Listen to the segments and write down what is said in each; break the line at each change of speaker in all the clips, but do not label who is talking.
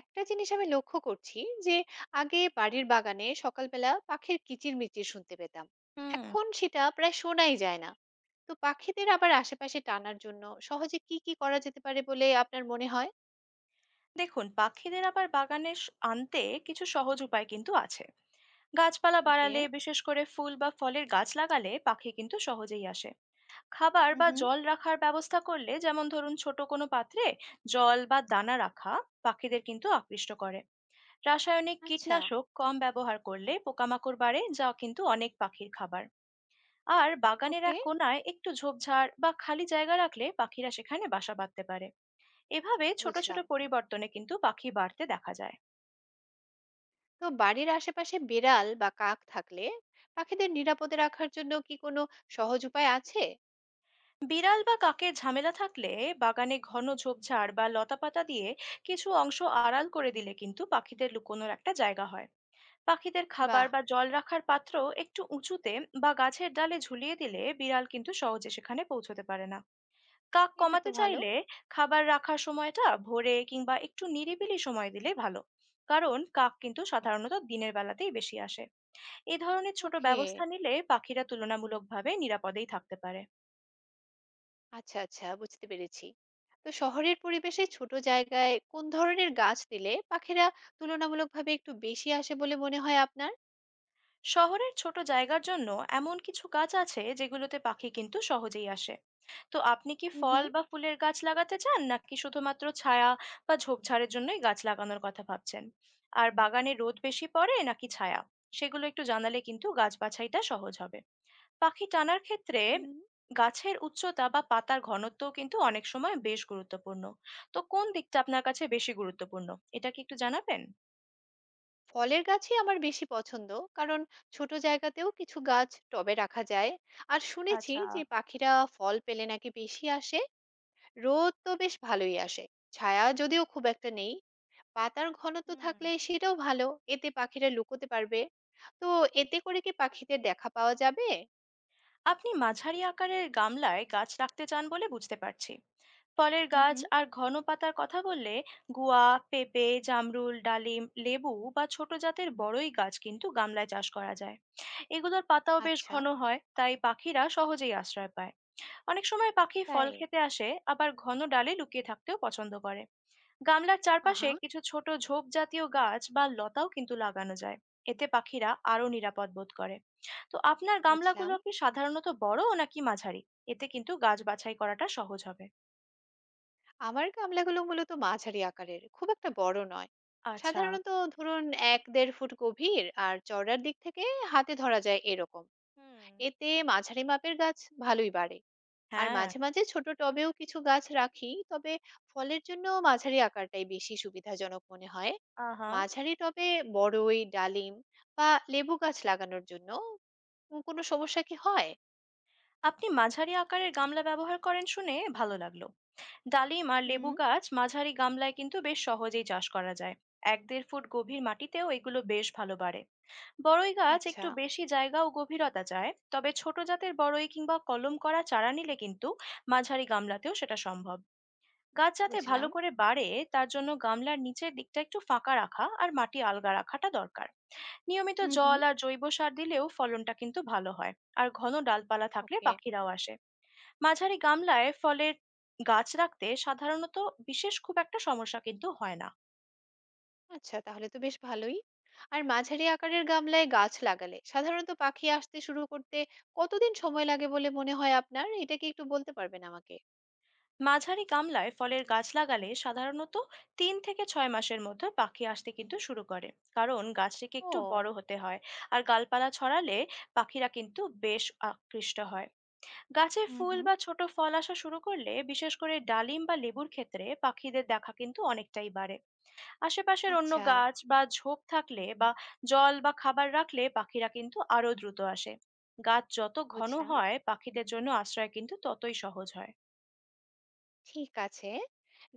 একটা জিনিস আমি লক্ষ্য করছি যে আগে বাড়ির বাগানে সকালবেলা পাখির কিচিরমিচির শুনতে পেতাম
হুম।
এখন সেটা প্রায় শোনাই যায় না। তো পাখিদের আবার আশেপাশে টানার জন্য সহজে কি কি করা যেতে পারে বলে আপনার মনে হয়?
দেখুন, পাখিদের আবার বাগানে আনতে কিছু সহজ উপায় কিন্তু আছে। গাছপালা
ওকে।
বাড়ালে, বিশেষ করে ফুল বা ফলের গাছ লাগালে পাখি কিন্তু সহজেই আসে। খাবার
হুম
বা
হুম।
জল রাখার ব্যবস্থা করলে, যেমন ধরুন ছোট কোনো পাত্রে জল বা দানা রাখা পাখিদের কিন্তু আকৃষ্ট করে। রাসায়নিক
আচ্ছা।
কীটনাশক কম ব্যবহার করলে পোকামাকড় বাড়ে, যা কিন্তু অনেক পাখির খাবার। আর বাগানের
ওকে।
এক কোনায় একটু ঝোপঝাড় বা খালি জায়গা রাখলে পাখিরা সেখানে বাসা বাঁধতে পারে। এভাবে ছোট ছোট
বুঝলাম।
পরিবর্তনে কিন্তু পাখি বাড়তে দেখা যায়।
তো বাড়ির আশেপাশে বিড়াল বা কাক থাকলে পাখিদের নিরাপদে রাখার জন্য কি কোনো সহজ উপায় আছে?
বিড়াল বা কাকের ঝামেলা থাকলে বাগানে ঘন ঝোপঝাড় বা লতাপাতা দিয়ে কিছু অংশ আড়াল করে দিলে কিন্তু পাখিদের লুকোনোর একটা জায়গা হয়। পাখিদের খাবার
বাহ।
বা জল রাখার পাত্র একটু উঁচুতে বা গাছের ডালে ঝুলিয়ে দিলে বিড়াল কিন্তু সহজে সেখানে পৌঁছতে পারে না। কাক
এটা তো
কমাতে
ভালো।
চাইলে খাবার রাখার সময়টা ভোরে কিংবা একটু নিরিবিলি সময় দিলে ভালো, কারণ কাক কিন্তু সাধারণত দিনের বেলাতেই বেশি আসে। এই ধরনের ছোট
ওকে।
ব্যবস্থা নিলে পাখিরা তুলনামূলকভাবে নিরাপদেই থাকতে পারে।
আচ্ছা, আচ্ছা বুঝতে পেরেছি। তো শহরের পরিবেশে ছোট জায়গায় কোন ধরনের গাছ দিলে পাখিরা তুলনামূলকভাবে একটু বেশি আসে বলে মনে হয় আপনার?
শহরের ছোট জায়গার জন্য এমন কিছু গাছ আছে যেগুলোতে পাখি কিন্তু সহজেই আসে। তো আপনি কি
হুম
ফল
হুম।
বা ফুলের গাছ লাগাতে চান, নাকি শুধুমাত্র ছায়া বা ঝোপঝাড়ের জন্যই গাছ লাগানোর কথা ভাবছেন? আর বাগানে রোদ বেশি পড়ে নাকি ছায়া, সেগুলো একটু জানালে কিন্তু গাছ বাছাইটা সহজ হবে। পাখি টানার ক্ষেত্রে
উম,
গাছের উচ্চতা বা পাতার ঘনত্ব কিন্তু অনেক সময় বেশ গুরুত্বপূর্ণ। তো কোন দিকটা আপনার কাছে বেশি গুরুত্বপূর্ণ, এটা কি একটু জানাবেন?
ফলের গাছই আমার বেশি পছন্দ, কারণ ছোট জায়গাতেও কিছু গাছ টবে রাখা যায়। আর শুনেছি
আচ্ছা।
যে পাখিরা ফল পেলে নাকি বেশি আসে। রোদ তো বেশ ভালোই আসে, ছায়া যদিও খুব একটা নেই। পাতার ঘনত্ব
হুম।
থাকলে সেটাও ভালো, এতে পাখিরা লুকোতে পারবে। তো এতে করে কি পাখিদের দেখা পাওয়া যাবে?
আপনি মাঝারি আকারের গামলায় গাছ রাখতে চান বলে বুঝতে পারছি। ফলের
হুম
গাছ
হুম।
আর ঘন পাতার কথা বললে, গুয়া, পেঁপে, জামরুল, ডালিম, লেবু বা ছোট জাতের বড়ই গাছ কিন্তু গামলায় চাষ করা যায়। এগুলোর পাতাও বেশ
আচ্ছা,
ঘন হয়, তাই পাখিরা সহজেই আশ্রয় পায়। অনেক সময় পাখি ফল
তাই?
খেতে আসে, আবার ঘন ডালে লুকিয়ে থাকতেও পছন্দ করে। গামলার চারপাশে
আহা,
কিছু ছোট ঝোপ জাতীয় গাছ বা লতাও কিন্তু লাগানো যায়। এতে পাখিরা আরো নিরাপদ বোধ করে। তো আপনার
বুঝলাম।
গামলাগুলো কি সাধারণত বড় নাকি মাঝারি? এতে কিন্তু গাছ বাছাই করাটা সহজ হবে।
আমার গামলাগুলো মূলত মাঝারি আকারের, খুব একটা বড় নয়।
আচ্ছা।
সাধারণত ধরুন ১-১.৫ ফুট গভীর আর চওড়ার দিক থেকে হাতে ধরা যায় এরকম।
হুম।
এতে মাঝারি মাপের গাছ ভালোই বাড়ে। আর
হ্যাঁ।
মাঝে, মাঝে ছোট টবেও কিছু গাছ রাখি, তবে ফলের জন্য মাঝারি আকারটাই বেশি সুবিধাজনক মনে হয়।
আহা।
মাঝারি টবে বড়ই, ডালিম বা লেবু গাছ লাগানোর জন্য কোনো সমস্যা কি হয়?
আপনি মাঝারি আকারের গামলা ব্যবহার করেন শুনে ভালো লাগলো। ডালিম আর লেবু
হুম।
গাছ মাঝারি গামলায় কিন্তু বেশ সহজেই চাষ করা যায়। 1-1.5 ফুট গভীর মাটিতেও এগুলো বেশ ভালো বাড়ে। বড়ই গাছ
আচ্ছা,
একটু বেশি জায়গা ও গভীরতা চায়, তবে ছোট জাতের বড়ই কিংবা কলম করা চারা নিলে কিন্তু মাঝারি গামলাতেও সেটা সম্ভব। গাছ যাতে ভালো
বুঝলাম।
করে বাড়ে, তার জন্য গামলার নিচের দিকটা একটু ফাঁকা রাখা আর মাটি আলগা রাখাটা দরকার। নিয়মিত
হুম হুম।
জল আর জৈব সার দিলেও ফলনটা কিন্তু ভালো হয়। আর ঘন ডালপালা থাকলে
ওকে।
পাখিরাও আসে। মাঝারি গামলায় ফলের গাছ রাখতে সাধারণত বিশেষ খুব একটা সমস্যা কিন্তু হয় না।
আচ্ছা তাহলে তো বেশ ভালোই। আর মাঝারি আকারের গামলায় গাছ লাগালে সাধারণত পাখি আসতে শুরু করতে কতদিন সময় লাগে বলে মনে হয় আপনার? এটা কি একটু বলতে পারবেন আমাকে?
মাঝারি গামলায় ফলের গাছ লাগালে সাধারণত 3 থেকে 6 মাসের মধ্যে পাখি আসতে কিন্তু শুরু করে, কারণ গাছটিকে
ও।
একটু বড় হতে হয়। আর গালপালা ছড়ালে পাখিরা কিন্তু বেশ আকৃষ্ট হয়। গাছে
হুম
ফুল
হুম।
বা ছোট ফল আসা শুরু করলে, বিশেষ করে ডালিম বা লেবুর ক্ষেত্রে, পাখিদের দেখা কিন্তু অনেকটাই বাড়ে। আশেপাশের অন্য
আচ্ছা।
গাছ বা ঝোপ থাকলে বা জল বা খাবার রাখলে পাখিরা কিন্তু আরো দ্রুত আসে। গাছ যত ঘন
বুঝলাম।
হয় পাখিদের জন্য আশ্রয় কিন্তু ততই সহজ হয়।
ঠিক আছে।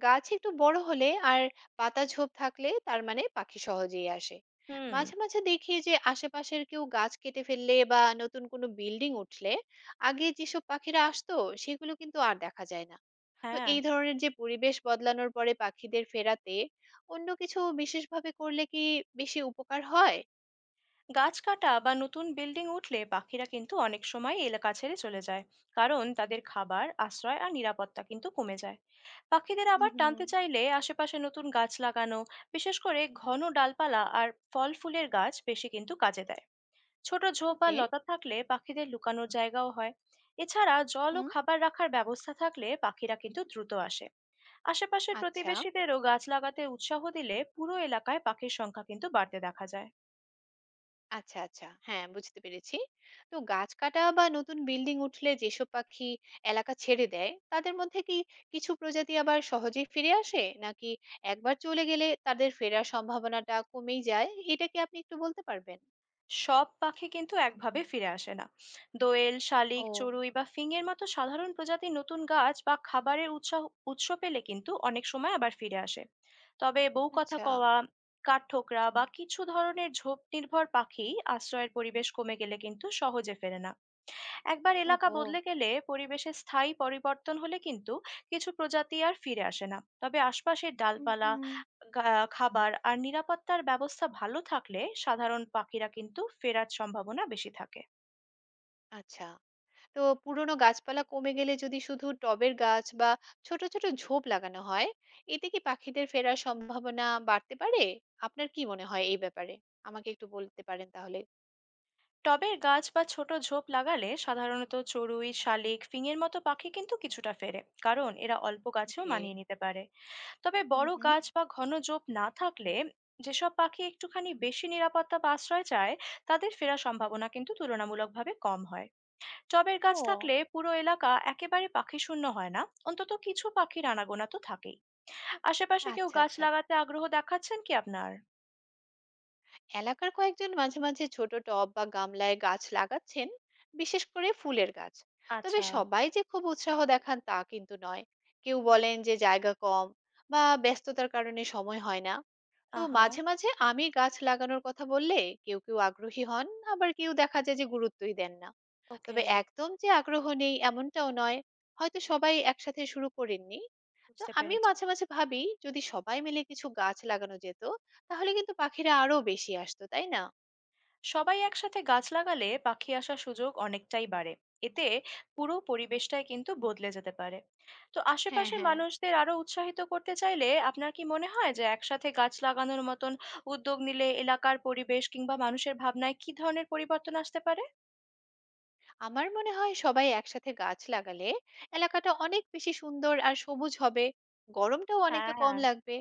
গাছ একটু বড় হলে আর পাতা ঝোপ থাকলে তার মানে পাখি সহজেই আসে।
হুম।
মাঝে মাঝে দেখি যে আশেপাশের কেউ গাছ কেটে ফেললে বা নতুন কোনো বিল্ডিং উঠলে আগে যেসব পাখিরা আসতো সেগুলো কিন্তু আর দেখা যায় না। তো
হ্যাঁ।
এই ধরনের যে পরিবেশ বদলানোর পরে পাখিদের ফেরাতে অন্য কিছু বিশেষভাবে করলে কি বেশি উপকার হয়?
গাছ কাটা বা নতুন বিল্ডিং উঠলে পাখিরা কিন্তু অনেক সময় এলাকা ছেড়ে চলে যায়, কারণ তাদের খাবার, আশ্রয় আর নিরাপত্তা কিন্তু কমে যায়। পাখিদের
হুম
আবার
হুম।
টানতে চাইলে আশেপাশে নতুন গাছ লাগানো, বিশেষ করে ঘন ডালপালা আর ফল ফুলের গাছ বেশি কিন্তু কাজে দেয়। ছোট ঝোপ বা
ওকে।
লতা থাকলে পাখিদের লুকানোর জায়গাও হয়। এছাড়া জল ও
হুম।
খাবার রাখার ব্যবস্থা থাকলে পাখিরা কিন্তু দ্রুত আসে। আশেপাশের
আচ্ছা।
প্রতিবেশীদেরও গাছ লাগাতে উৎসাহ দিলে পুরো এলাকায় পাখির সংখ্যা কিন্তু বাড়তে দেখা যায়।
আচ্ছা, আচ্ছা। হ্যাঁ, বুঝতে পেরেছি। তো গাছ কাটা বা নতুন বিল্ডিং উঠলে যেসব পাখি এলাকা ছেড়ে দেয়, তাদের মধ্যে কি কিছু প্রজাতি আবার সহজেই ফিরে আসে? নাকি একবার চলে গেলে তাদের ফেরার সম্ভাবনাটা কমেই যায়? এটা কি আপনি একটু বলতে পারবেন?
সব পাখি কিন্তু একভাবে ফিরে আসে না। দোয়েল, শালিক,
ও।
চড়ুই বা ফিঙের মতো সাধারণ প্রজাতির নতুন গাছ বা খাবারের উৎস উৎস পেলে কিন্তু অনেক সময় আবার ফিরে আসে। তবে বউ কথা
আচ্ছা।
কওয়া, কাঠঠোকরা বা কিছু ধরনের ঝোপ নির্ভর পাখি আশ্রয়ের পরিবেশ কমে গেলে কিন্তু সহজে ফেরে না। একবার এলাকা
ওহো!
বদলে গেলে, পরিবেশে স্থায়ী পরিবর্তন হলে কিন্তু কিছু প্রজাতি আর ফিরে আসে না, তবে আশপাশের
হুম,
ডালপালা,
হুম।
খাবার আর নিরাপত্তার ব্যবস্থা ভালো থাকলে সাধারণ পাখিরা কিন্তু ফেরার সম্ভাবনা বেশি থাকে।
আচ্ছা। তো পুরনো গাছপালা কমে গেলে যদি শুধু টবের গাছ বা ছোট ছোট ঝোপ লাগানো হয়, এতে কি পাখিদের ফেরার সম্ভাবনা বাড়তে পারে? আপনার কি মনে হয় এই ব্যাপারে? আমাকে একটু বলতে পারেন তাহলে?
টবের গাছ বা ছোট ঝোপ লাগালে সাধারণত চড়ুই, শালিক, ফিঙের মতো পাখি কিন্তু কিছুটা ফেরে, কারণ এরা অল্প গাছেও
ওকে।
মানিয়ে নিতে পারে। তবে
হুম
বড়
হুম।
গাছ বা ঘন ঝোপ না থাকলে যেসব পাখি একটুখানি বেশি নিরাপত্তা বা আশ্রয় চায়, তাদের ফেরার সম্ভাবনা কিন্তু তুলনামূলকভাবে কম হয়। টবের গাছ
ও।
থাকলে পুরো এলাকা একেবারে পাখি শূন্য হয় না, অন্তত কিছু পাখির আনাগোনা তো থাকেই। আশেপাশে কেউ
আচ্ছা
গাছ
আচ্ছা।
লাগাতে আগ্রহ দেখাচ্ছেন কি আপনার?
এলাকার কয়েকজন মাঝে মাঝে ছোট টব বা গামলায় গাছ লাগাচ্ছেন, বিশেষ করে ফুলের গাছ। তবে
আচ্ছা।
সবাই যে খুব উৎসাহ দেখান তা কিন্তু নয়। কেউ
হুম।
বলেন যে জায়গা কম বা ব্যস্ততার কারণে সময় হয় না। তো
আহা।
মাঝে মাঝে আমি গাছ লাগানোর কথা বললে কেউ কেউ আগ্রহী হন, আবার কেউ দেখা যায় যে গুরুত্বই দেন না।
ওকে।
তবে একদম যে আগ্রহ নেই এমনটাও নয়, হয়তো সবাই একসাথে শুরু করেননি। তো
বুঝতে
আমি
পেরেছি।
মাঝে, মাঝে ভাবি যদি সবাই মিলে কিছু গাছ লাগানো যেত, তাহলে কিন্তু পাখিরা আরো বেশি আসতো, তাই না?
সবাই একসাথে গাছ লাগালে পাখি আসার সুযোগ অনেকটাই বাড়ে। এতে পুরো পরিবেশটাই কিন্তু বদলে যেতে পারে। তো
হ্যাঁ
আশেপাশের
হ্যাঁ।
মানুষদের আরো উৎসাহিত করতে চাইলে, আপনার কি মনে হয় যে একসাথে গাছ লাগানোর মতন উদ্যোগ নিলে এলাকার পরিবেশ কিংবা মানুষের ভাবনায় কি ধরনের পরিবর্তন আসতে পারে?
আমার মনে হয় সবাই একসাথে গাছ লাগালে এলাকাটা অনেক বেশি সুন্দর আর সবুজ হবে, গরমটাও অনেকটা কম
হ্যাঁ।
লাগবে।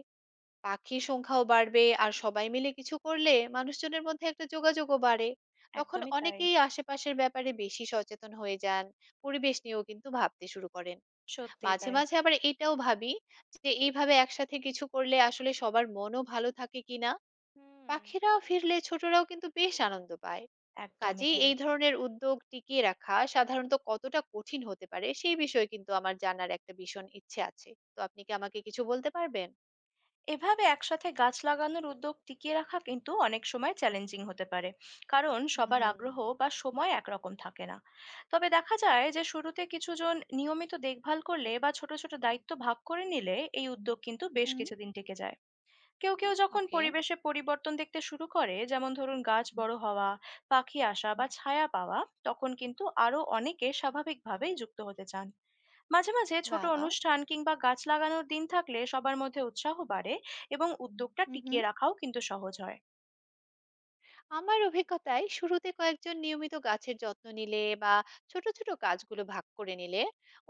পাখির সংখ্যাও বাড়বে, আর সবাই মিলে কিছু করলে মানুষজনের মধ্যে একটা যোগাযোগও বাড়ে। তখন
একদমই তাই।
অনেকেই আশেপাশের ব্যাপারে বেশি সচেতন হয়ে যান, পরিবেশ নিয়েও কিন্তু ভাবতে শুরু করেন।
সত্যি
মাঝে
তাই।
মাঝে আবার এটাও ভাবি যে এইভাবে একসাথে কিছু করলে আসলে সবার মনও ভালো থাকে কিনা।
হুম।
পাখিরাও ফিরলে ছোটরাও কিন্তু বেশ আনন্দ পায়।
একদমই
কাজেই
তাই।
এই ধরনের উদ্যোগ টিকিয়ে রাখা সাধারণত কতটা কঠিন হতে পারে সেই বিষয়ে কিন্তু আমার জানার একটা ভীষণ ইচ্ছে আছে। তো আপনি কি আমাকে কিছু বলতে পারবেন?
এভাবে একসাথে গাছ লাগানোর উদ্যোগ টিকিয়ে রাখা কিন্তু অনেক সময় চ্যালেঞ্জিং হতে পারে, কারণ
হুম
সবার
হুম।
আগ্রহ বা সময় একরকম থাকে না। তবে দেখা যায় যে শুরুতে কিছুজন নিয়মিত দেখভাল করলে বা ছোট ছোট দায়িত্ব ভাগ করে নিলে এই উদ্যোগ কিন্তু বেশ
হুম।
কিছুদিন টিকে যায়। কেউ কেউ যখন
ওকে।
পরিবেশে পরিবর্তন দেখতে শুরু করে, যেমন ধরুন গাছ বড় হওয়া, পাখি আসা বা ছায়া পাওয়া, তখন কিন্তু আরো অনেকে স্বাভাবিকভাবেই যুক্ত হতে চান। মাঝে মাঝে ছোট
বাবা!
অনুষ্ঠান কিংবা গাছ লাগানোর দিন থাকলে সবার মধ্যে উৎসাহ বাড়ে, এবং উদ্যোগটা
হু, হু।
টিকিয়ে রাখাও কিন্তু সহজ হয়।
আমার অভিজ্ঞতায় শুরুতে কয়েকজন নিয়মিত গাছের যত্ন নিলে বা ছোট, ছোট কাজগুলো ভাগ করে নিলে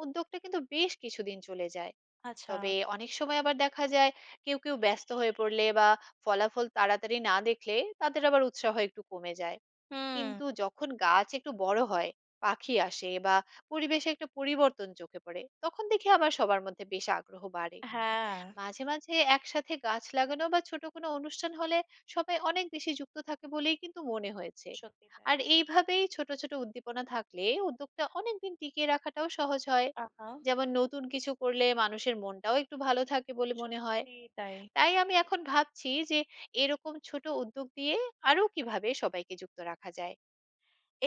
উদ্যোগটা কিন্তু বেশ কিছুদিন চলে যায়।
আচ্ছা।
তবে অনেক সময় আবার দেখা যায় কেউ, কেউ ব্যস্ত হয়ে পড়লে বা ফলাফল তাড়াতাড়ি না দেখলে তাদের আবার উৎসাহ একটু কমে যায়।
হুম।
কিন্তু যখন গাছ একটু বড় হয়, পাখি আসে বা পরিবেশে একটা পরিবর্তন চোখে পড়ে, তখন দেখি আবার সবার মধ্যে বেশ আগ্রহ বাড়ে।
হ্যাঁ।
মাঝে, মাঝে একসাথে গাছ লাগানো বা ছোট কোনো অনুষ্ঠান হলে সবাই অনেক বেশি যুক্ত থাকে বলেই কিন্তু মনে হয়েছে।
সত্যি তাই।
আর এইভাবেই ছোট, ছোট উদ্দীপনা থাকলে উদ্যোগটা অনেকদিন টিকিয়ে রাখাটাও সহজ হয়।
আহা।
যেমন নতুন কিছু করলে মানুষের মনটাও একটু ভালো থাকে বলে মনে হয়।
সত্যি তাই।
তাই আমি এখন ভাবছি যে এরকম ছোট উদ্যোগ দিয়ে আরো কিভাবে সবাইকে যুক্ত রাখা যায়।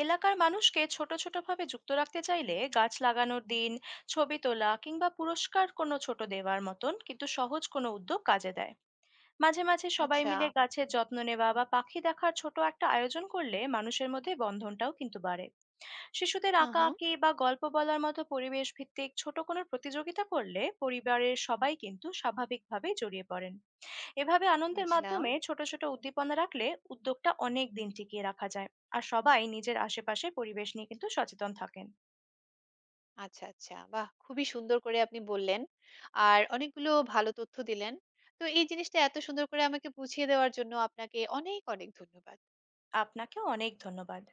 এলাকার মানুষকে ছোট ছোট ভাবে যুক্ত রাখতে চাইলে গাছ লাগানোর দিন, ছবি তোলা কিংবা পুরস্কার কোনো ছোট দেওয়ার মতন কিন্তু সহজ কোনো উদ্যোগ কাজে দেয়। মাঝে মাঝে সবাই
আচ্ছা,
মিলে গাছের যত্ন নেওয়া বা পাখি দেখার ছোট একটা আয়োজন করলে মানুষের মধ্যে বন্ধনটাও কিন্তু বাড়ে। শিশুদের
হ্যাঁ, হ্যাঁ।
আঁকাআঁকি বা গল্প বলার মতো পরিবেশ ভিত্তিক ছোট কোনো প্রতিযোগিতা করলে পরিবারের সবাই কিন্তু স্বাভাবিকভাবেই জড়িয়ে পড়েন। এভাবে আনন্দের
বুঝলাম।
মাধ্যমে ছোট ছোট উদ্দীপনা রাখলে উদ্যোগটা অনেক দিন টিকিয়ে রাখা যায়, আর সবাই নিজের আশেপাশে পরিবেশ নিয়ে কিন্তু সচেতন থাকেন।
আচ্ছা, আচ্ছা। বাহ! খুবই সুন্দর করে আপনি বললেন। আর অনেকগুলো ভালো তথ্য দিলেন। তো এই জিনিসটা এত সুন্দর করে আমাকে বুঝিয়ে দেওয়ার জন্য আপনাকে অনেক, অনেক ধন্যবাদ।
আপনাকেও অনেক ধন্যবাদ।